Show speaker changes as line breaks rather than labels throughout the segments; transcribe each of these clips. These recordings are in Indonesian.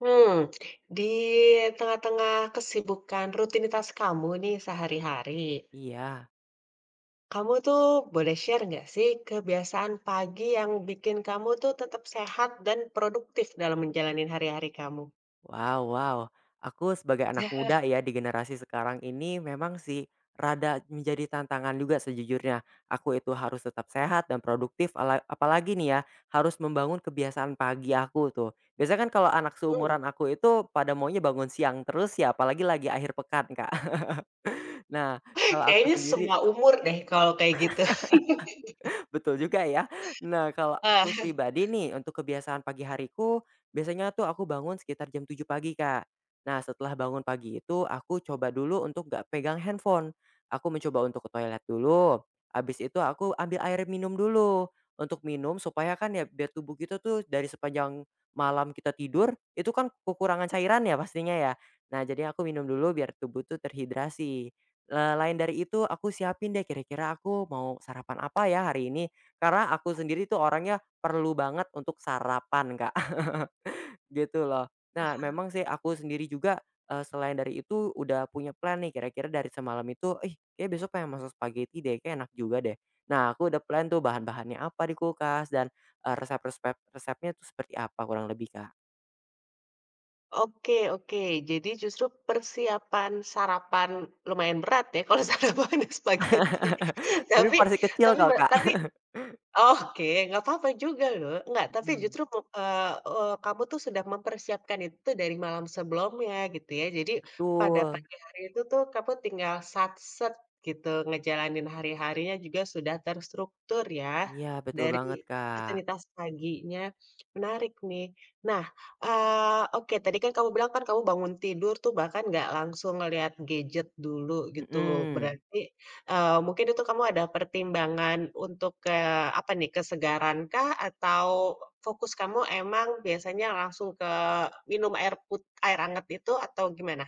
Hmm, di tengah-tengah kesibukan rutinitas kamu nih sehari-hari,
Iya.
kamu tuh boleh share nggak sih kebiasaan pagi yang bikin kamu tuh tetap sehat dan produktif dalam menjalani hari-hari kamu?
Wow wow. Aku sebagai anak muda ya di generasi sekarang ini memang sih rada menjadi tantangan juga sejujurnya. Aku itu harus tetap sehat dan produktif apalagi nih ya, harus membangun kebiasaan pagi aku tuh. Biasanya kan kalau anak
Mmm,
seumuran aku itu pada maunya bangun siang terus ya, apalagi lagi akhir pekan, Kak. Nah, kalau aku
kayaknya
sendiri
semua umur deh kalau kayak gitu.
betul juga ya. Nah, kalau aku
Ah.
pribadi nih, untuk kebiasaan pagi hariku, biasanya tuh aku bangun sekitar jam 7 pagi, Kak. Nah, setelah bangun pagi itu, aku coba dulu untuk nggak pegang handphone. Aku mencoba untuk ke toilet dulu. Habis itu aku ambil air minum dulu. Untuk minum supaya kan ya biar tubuh kita tuh dari sepanjang malam kita tidur, itu kan kekurangan cairan ya pastinya ya. Nah, jadi aku minum dulu biar tubuh tuh terhidrasi. Lain dari itu aku siapin deh kira-kira aku mau sarapan apa ya hari ini, karena aku sendiri tuh orangnya perlu banget untuk sarapan, Kak, gitu loh. Nah, memang sih aku sendiri juga, selain dari itu udah punya plan nih kira-kira dari semalam itu, "Ih, kayak besok pengen masak spaghetti deh, kayak enak juga deh." Nah, aku udah plan tuh bahan-bahannya apa di kulkas dan, resepnya tuh seperti apa kurang lebih, Kak.
Oke, oke, jadi justru persiapan sarapan lumayan berat ya kalau sarapan spaghetti.
Tapi
Tapi
porsi kecil
tapi
kalau Kak.
tapi, oke, nggak apa-apa juga loh. Nggak, tapi
Mhm,
justru kamu tuh sudah mempersiapkan itu dari malam sebelumnya gitu ya. Jadi pada
betul.
pagi hari itu tuh kamu tinggal satset gitu, ngejalanin hari-harinya juga sudah terstruktur ya,
Iya, betul banget,
dari
Kak.
rutinitas paginya. Menarik nih. Nah, oke tadi kan kamu bilang kan kamu bangun tidur tuh bahkan nggak langsung ngelihat gadget dulu gitu.
Mhm.
Berarti, mungkin itu kamu ada pertimbangan untuk ke apa nih, kesegarankah atau fokus kamu emang biasanya langsung ke minum air anget itu atau gimana?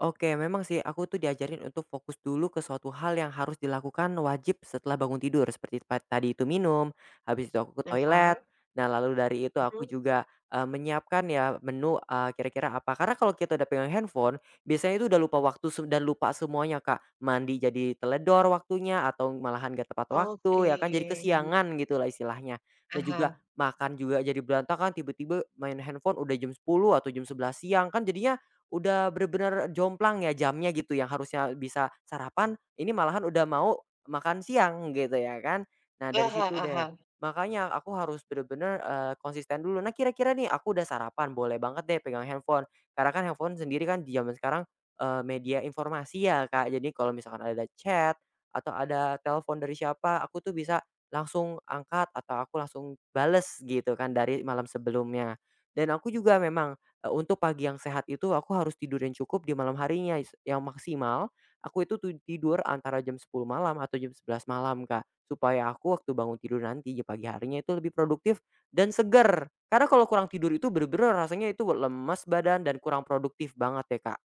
Oke, memang sih aku tuh diajarin untuk fokus dulu ke suatu hal yang harus dilakukan wajib setelah bangun tidur seperti tadi itu minum, habis itu aku ke toilet.
Ah,
Nah, lalu dari itu
mhm,
aku juga menyiapkan ya menu kira-kira apa. Karena kalau kita udah pegang handphone, biasanya itu udah lupa waktu dan lupa semuanya, Kak. Mandi jadi teledor waktunya atau malahan gak tepat
oke.
waktu ya kan jadi kesiangan gitu lah istilahnya. Dan juga
Aha.
makan juga jadi berantakan, tiba-tiba main handphone udah jam 10 atau jam 11 siang kan jadinya udah bener-bener jomplang ya jamnya gitu. Yang harusnya bisa sarapan, ini malahan udah mau makan siang gitu ya kan. Nah dari
Aha.
situ deh,
Aha.
makanya aku harus bener-bener, konsisten dulu. Nah kira-kira nih aku udah sarapan boleh banget deh pegang handphone, karena kan handphone sendiri kan di zaman sekarang, media informasi ya Kak, jadi kalau misalkan ada chat atau ada telepon dari siapa aku tuh bisa langsung angkat atau aku langsung bales gitu kan dari malam sebelumnya. Dan aku juga memang. Untuk pagi yang sehat itu aku harus tidur yang cukup di malam harinya, yang maksimal aku itu tidur antara jam 10 malam atau jam 11 malam, Kak. Supaya aku waktu bangun tidur nanti di pagi harinya itu lebih produktif dan segar. Karena kalau kurang tidur itu bener-bener rasanya itu lemas badan dan kurang produktif banget ya, Kak.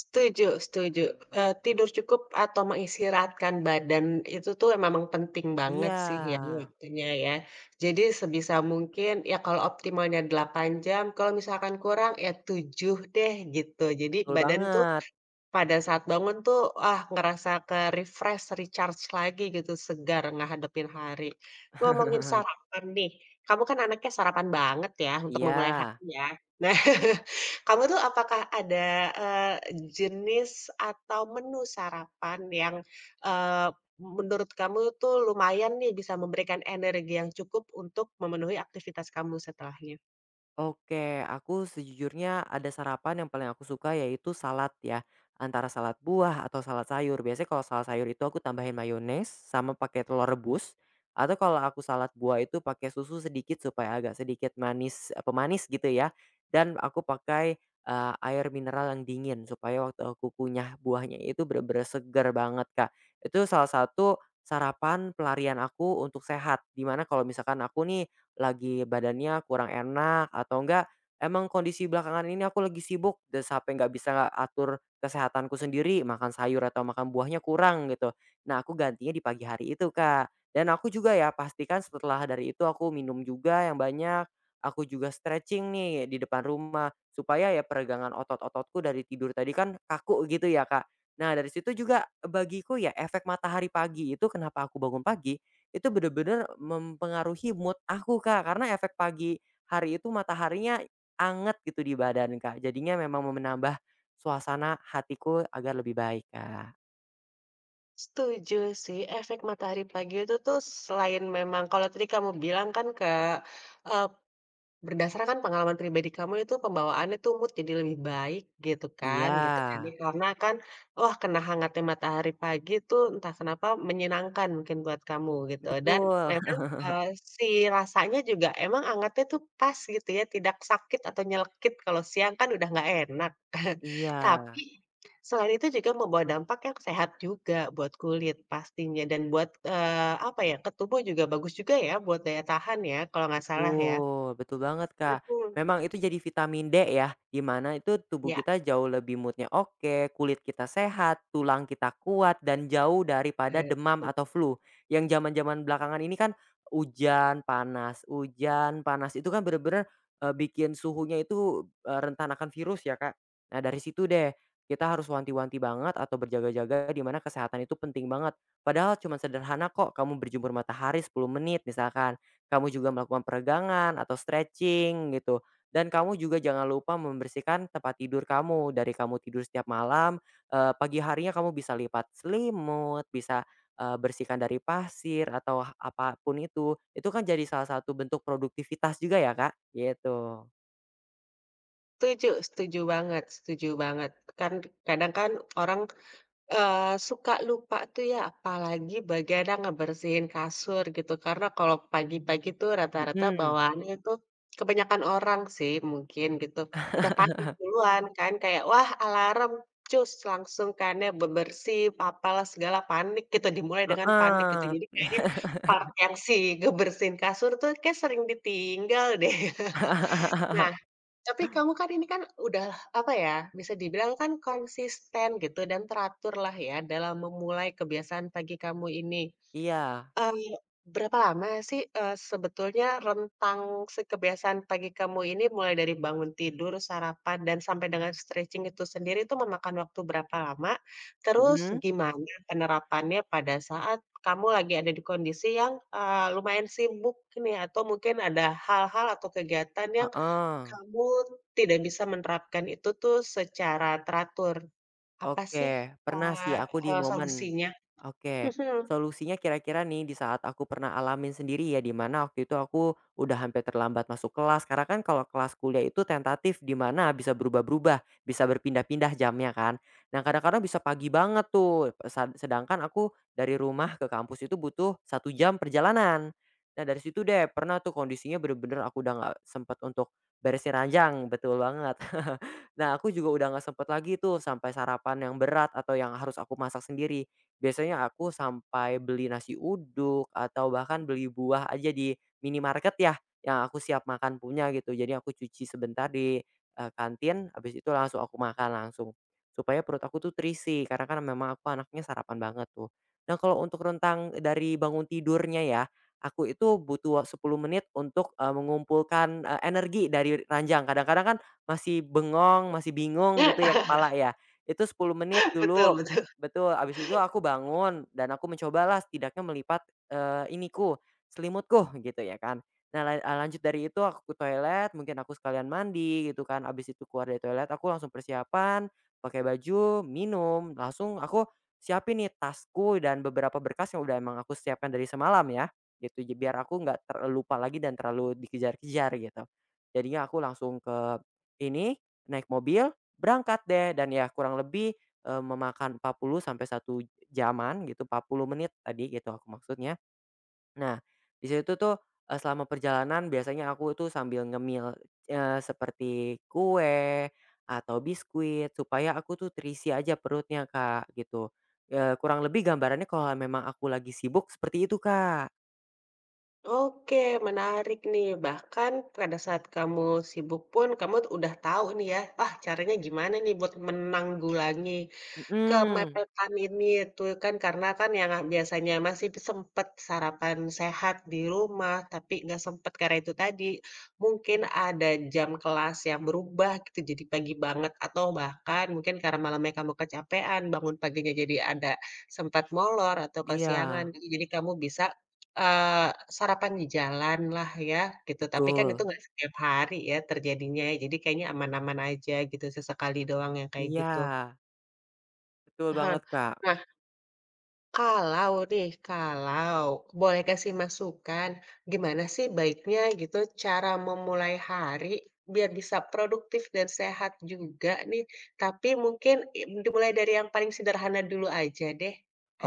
Setuju, setuju. Tidur cukup atau mengistirahatkan badan itu tuh memang penting banget
Iya,
sih ya waktunya ya. Jadi sebisa mungkin ya kalau optimalnya 8 jam, kalau misalkan kurang ya 7 deh gitu. Jadi
betul
badan tuh
banget.
pada saat bangun tuh, ah, ngerasa ke-refresh, recharge lagi gitu, segar ngehadapin hari. Ngomongin sarapan nih, kamu kan anaknya sarapan banget ya untuk memulai
Iya.
hari ya. Nah, kamu tuh apakah ada, eee, jenis atau menu sarapan yang, eee, menurut kamu tuh lumayan nih bisa memberikan energi yang cukup untuk memenuhi aktivitas kamu setelahnya?
Oke, aku sejujurnya ada sarapan yang paling aku suka yaitu salad ya. Antara salad buah atau salad sayur. Biasanya kalau salad sayur itu aku tambahin mayones sama pakai telur rebus. Atau kalau aku salad buah itu pakai susu sedikit supaya agak sedikit manis, eh, pemanis gitu ya. Dan aku pakai air mineral yang dingin supaya waktu aku kunyah buahnya itu bener-bener segar banget, Kak. Itu salah satu sarapan pelarian aku untuk sehat. Dimana kalau misalkan aku nih lagi badannya kurang enak atau enggak, emang kondisi belakangan ini aku lagi sibuk dan sampai nggak bisa atur kesehatanku sendiri, makan sayur atau makan buahnya kurang gitu. Nah, aku gantinya di pagi hari itu, Kak. Dan aku juga ya pastikan setelah dari itu aku minum juga yang banyak, aku juga stretching nih di depan rumah supaya ya peregangan otot-ototku dari tidur tadi kan kaku gitu ya, Kak. Nah, dari situ juga bagiku ya efek matahari pagi itu kenapa aku bangun pagi itu bener-bener mempengaruhi mood aku, Kak, karena efek pagi hari itu mataharinya anget gitu di badan, Kak. Jadinya memang menambah suasana hatiku agar lebih baik, Kak.
Setuju sih, efek matahari pagi itu tuh selain memang kalau tadi kamu bilang kan, berdasarkan pengalaman pribadi kamu itu pembawaannya tuh mood jadi lebih baik
Iya,
gitu kan ya, karena kan, wah kena hangatnya matahari pagi tuh entah kenapa menyenangkan mungkin buat kamu gitu dan
betul.
memang, eee, si rasanya juga emang hangatnya tuh pas gitu ya tidak sakit atau nyelekit kalau siang kan udah nggak enak.
Iya.
Tapi, selain itu juga membawa dampak yang sehat juga buat kulit pastinya dan buat, apa ya, ke tubuh juga bagus juga ya buat daya tahan ya kalau nggak salah ya?
Betul, betul banget, Kak.
Mhm.
Memang itu jadi vitamin D ya, di mana itu tubuh
Ya,
kita jauh lebih moodnya oke, kulit kita sehat, tulang kita kuat, dan jauh daripada
betul.
demam atau flu. Yang zaman-zaman belakangan ini kan hujan, panas, hujan, panas. Itu kan bener-bener bikin suhunya itu rentan akan virus ya, Kak. Nah dari situ deh, kita harus wanti-wanti banget atau berjaga-jaga, di mana kesehatan itu penting banget. Padahal cuma sederhana kok, kamu berjemur matahari 10 menit misalkan, kamu juga melakukan peregangan atau stretching gitu. Dan kamu juga jangan lupa membersihkan tempat tidur kamu. Dari kamu tidur setiap malam, pagi harinya kamu bisa lipat selimut, bisa, bersihkan dari pasir atau apa pun itu. Itu kan jadi salah satu bentuk produktivitas juga ya, Kak, gitu.
Setuju, setuju banget, setuju banget. Kan kadang kan orang, eee, suka lupa tuh ya, apalagi bagian yang ngebersihin kasur gitu. Karena kalau pagi-pagi tuh rata-rata
Mhm.
bawaannya tuh kebanyakan orang sih mungkin gitu, udah pagi duluan kan kayak, wah alarm cus langsung kan ya bebersih apalah segala panik gitu, dimulai dengan panik gitu.
Heeh.
Jadi kayaknya part yang ngebersihin kasur tuh kayak sering ditinggal deh. Nah, tapi kamu kan ini kan udah, apa ya, bisa dibilang kan konsisten gitu dan teratur lah ya dalam memulai kebiasaan pagi kamu ini.
Iya.
Eee, berapa lama sih, sebetulnya rentang kebiasaan pagi kamu ini mulai dari bangun tidur, sarapan, dan sampai dengan stretching itu sendiri itu memakan waktu berapa lama? Terus
Mhm,
gimana penerapannya pada saat kamu lagi ada di kondisi yang, lumayan sibuk nih atau mungkin ada hal-hal atau kegiatan yang
heeh.
kamu tidak bisa menerapkan itu tuh secara teratur. Apa sih,
Oke, pernah sih
eee
aku di
eee,
momen
solusinya?
Oke,
Mhm.
solusinya kira-kira nih di saat aku pernah alamin sendiri ya, di mana waktu itu aku udah hampir terlambat masuk kelas karena kan kalau kelas kuliah itu tentatif, di mana bisa berubah-berubah, bisa berpindah-pindah jamnya kan. Nah kadang-kadang bisa pagi banget tuh, sedangkan aku dari rumah ke kampus itu butuh 1 jam perjalanan. Nah dari situ deh pernah tuh kondisinya bener-bener aku udah nggak sempet untuk beresin ranjang, betul banget. Nah, aku juga udah nggak sempet lagi tuh sampai sarapan yang berat atau yang harus aku masak sendiri. Biasanya aku sampai beli nasi uduk atau bahkan beli buah aja di minimarket ya, yang aku siap makan punya gitu. Jadi aku cuci sebentar di, kantin, habis itu langsung aku makan langsung. Supaya perut aku tuh terisi, karena kan memang aku anaknya sarapan banget tuh. Nah, kalau untuk rentang dari bangun tidurnya ya, aku itu butuh 10 menit untuk, mengumpulkan, energi dari ranjang. Kadang-kadang kan masih bengong, masih bingung gitu ya kepala ya. Itu 10 menit
Betul,
dulu,
betul.
betul, abis itu aku bangun dan aku mencobalah setidaknya melipat, iniku, selimutku gitu ya kan. Nah, lanjut dari itu aku ke toilet, mungkin aku sekalian mandi gitu kan, abis itu keluar dari toilet aku langsung persiapan, pakai baju, minum, langsung aku siapin nih tasku dan beberapa berkas yang udah emang aku siapkan dari semalam ya, gitu. Jadi biar aku nggak terlupa lagi dan terlalu dikejar-kejar gitu. Jadinya aku langsung ke ini, naik mobil, berangkat deh dan ya kurang lebih, memakan 40 sampai satu jaman gitu, 40 menit tadi gitu aku maksudnya. Nah, di situ tuh, selama perjalanan biasanya aku tuh sambil ngemil, seperti kue atau biskuit supaya aku tuh terisi aja perutnya, Kak, gitu. Kurang lebih gambarannya kalau memang aku lagi sibuk seperti itu, Kak.
Oke, menarik nih. Bahkan pada saat kamu sibuk pun, kamu udah tahu nih ya, ah, caranya gimana nih buat menanggulangi
Mhm,
kemepet ini itu kan karena kan yang biasanya masih sempet sarapan sehat di rumah, tapi nggak sempet karena itu tadi, mungkin ada jam kelas yang berubah gitu jadi pagi banget atau bahkan mungkin karena malamnya kamu kecapean, bangun paginya jadi ada sempat molor atau
iya,
kesiangan gitu, jadi kamu bisa, eee, sarapan di jalan lah ya gitu, tapi kan itu
betul.
nggak setiap hari ya terjadinya, jadi kayaknya aman-aman aja gitu, sesekali doang yang kayak
Iya,
gitu.
betul
Heeh.
banget, Kak.
Kalau nih, kalau boleh kasih masukan, gimana sih baiknya gitu cara memulai hari biar bisa produktif dan sehat juga nih, tapi mungkin dimulai dari yang paling sederhana dulu aja deh,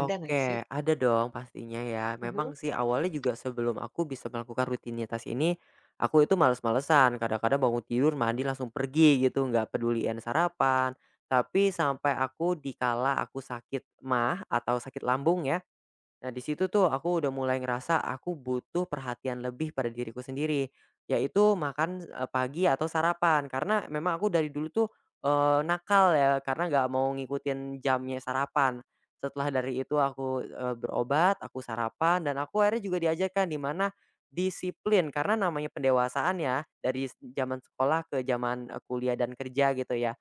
ada nggak sih?
ada dong pastinya ya.
Mhm.
Memang sih awalnya juga sebelum aku bisa melakukan rutinitas ini, aku itu males-malesan. Kadang-kadang bangun tidur, mandi langsung pergi gitu, nggak pedulian sarapan. Tapi sampai aku dikala aku sakit mah atau sakit lambung ya, nah, di situ tuh aku udah mulai ngerasa aku butuh perhatian lebih pada diriku sendiri, yaitu makan, pagi atau sarapan. Karena memang aku dari dulu tuh, nakal ya, karena nggak mau ngikutin jamnya sarapan. Setelah dari itu aku, berobat, aku sarapan, dan aku akhirnya juga diajarkan di mana disiplin, karena namanya pendewasaan ya, dari zaman sekolah ke zaman, kuliah dan kerja gitu ya.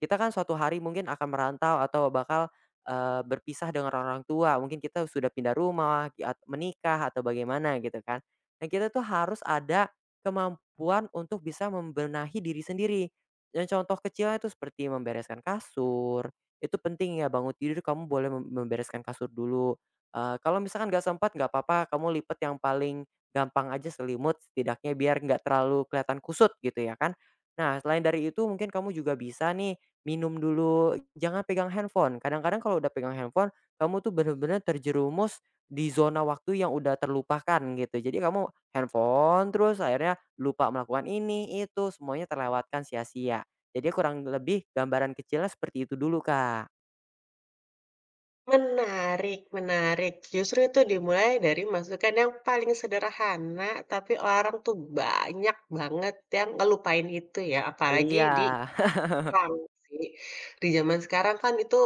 Kita kan suatu hari mungkin akan merantau atau bakal, berpisah dengan orang-orang tua, mungkin kita sudah pindah rumah, ki at menikah atau bagaimana gitu kan. Nah, kita tuh harus ada kemampuan untuk bisa membenahi diri sendiri. Dan contoh kecilnya itu seperti membereskan kasur, itu penting ya, bangun tidur kamu boleh membereskan kasur dulu. Kalau misalkan nggak sempat, nggak apa-apa, kamu lipat yang paling gampang aja selimut, setidaknya biar nggak terlalu kelihatan kusut gitu ya kan. Nah, selain dari itu mungkin kamu juga bisa nih minum dulu, jangan pegang handphone. Kadang-kadang kalau udah pegang handphone, kamu tuh bener-bener terjerumus di zona waktu yang udah terlupakan gitu. Jadi kamu handphone terus akhirnya lupa melakukan ini, itu, semuanya terlewatkan sia-sia. Jadi kurang lebih gambaran kecilnya seperti itu dulu, Kak.
Menarik, menarik, justru itu dimulai dari masukan yang paling sederhana, tapi orang tuh banyak banget yang ngelupain itu ya, apalagi
Iya,
di rame sih, di zaman sekarang kan itu,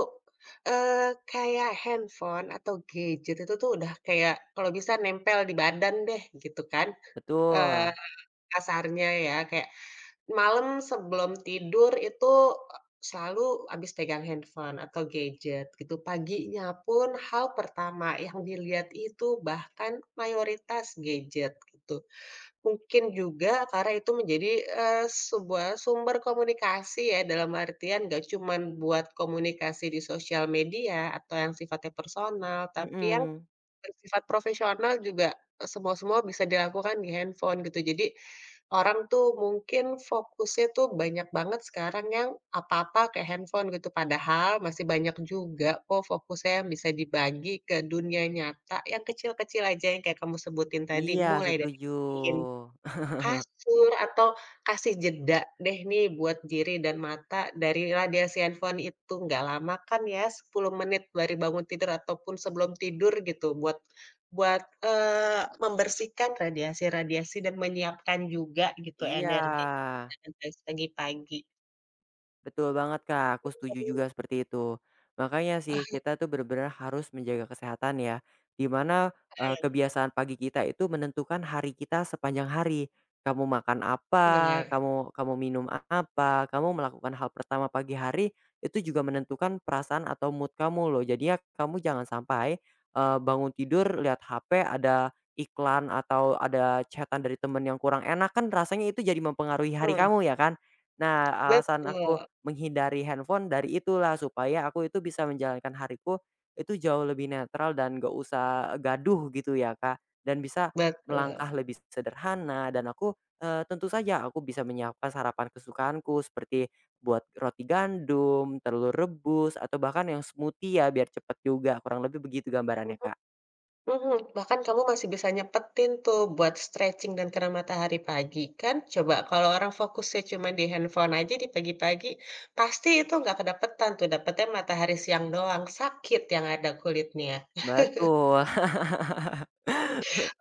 kayak handphone atau gadget itu tuh udah kayak kalau bisa nempel di badan deh gitu kan, eee,
betul.
kasarnya ya kayak malam sebelum tidur itu, e selalu habis pegang handphone atau gadget gitu, paginya pun hal pertama yang dilihat itu bahkan mayoritas gadget gitu. Mungkin juga karena itu menjadi, sebuah sumber komunikasi ya, dalam artian gak cuman buat komunikasi di sosial media atau yang sifatnya personal, tapi yang
Mhm,
bersifat profesional juga, semua-semua bisa dilakukan di handphone gitu. Jadi, orang tuh mungkin fokusnya tuh banyak banget sekarang yang apa-apa ke handphone gitu, padahal masih banyak juga kok fokusnya yang bisa dibagi ke dunia nyata yang kecil-kecil aja yang kayak kamu sebutin tadi,
iya
mulai dari
setuju.
kasur atau kasih jeda deh nih buat diri dan mata dari radiasi handphone itu, nggak lama kan ya 10 menit dari bangun tidur ataupun sebelum tidur gitu buat buat, eee, membersihkan radiasi-radiasi dan menyiapkan juga gitu
Iya.
energi dan dari pagi-pagi.
Betul banget Kak, aku setuju juga seperti itu. Makanya
Ah,
sih kita tuh benar-benar harus menjaga kesehatan ya, dimana
iya.
kebiasaan pagi kita itu menentukan hari kita sepanjang hari. Kamu makan apa,
Nah,
kamu kamu minum apa, kamu melakukan hal pertama pagi hari, itu juga menentukan perasaan atau mood kamu loh. Jadinya kamu jangan sampai, bangun tidur lihat HP ada iklan atau ada chatan dari temen yang kurang enak kan rasanya itu jadi mempengaruhi hari
mhm,
kamu ya kan. Nah, alasan aku
betul,
menghindari handphone dari itulah supaya aku itu bisa menjalankan hariku itu jauh lebih netral dan nggak usah gaduh gitu ya, Kak, dan bisa
betul.
melangkah lebih sederhana, dan aku, tentu saja aku bisa menyiapkan sarapan kesukaanku seperti buat roti gandum, telur rebus, atau bahkan yang smoothie ya biar cepet juga, kurang lebih begitu gambarannya, Kak.
Mhm, bahkan kamu masih bisa nyepetin tuh buat stretching dan kena matahari pagi, kan coba kalau orang fokusnya cuma di handphone aja di pagi-pagi, pasti itu nggak kedapetan tuh, dapetnya matahari siang doang, sakit yang ada kulitnya.
Betul.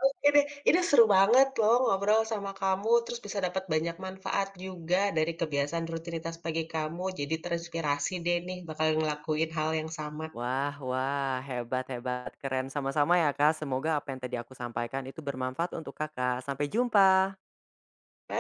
Oke deh, ini seru banget loh ngobrol sama kamu, terus bisa dapat banyak manfaat juga dari kebiasaan rutinitas pagi kamu, jadi terinspirasi deh nih bakal ngelakuin hal yang sama.
Wah wah, hebat hebat, keren. Sama-sama ya, Kak, semoga apa yang tadi aku sampaikan itu bermanfaat untuk Kakak. Sampai jumpa.
Ba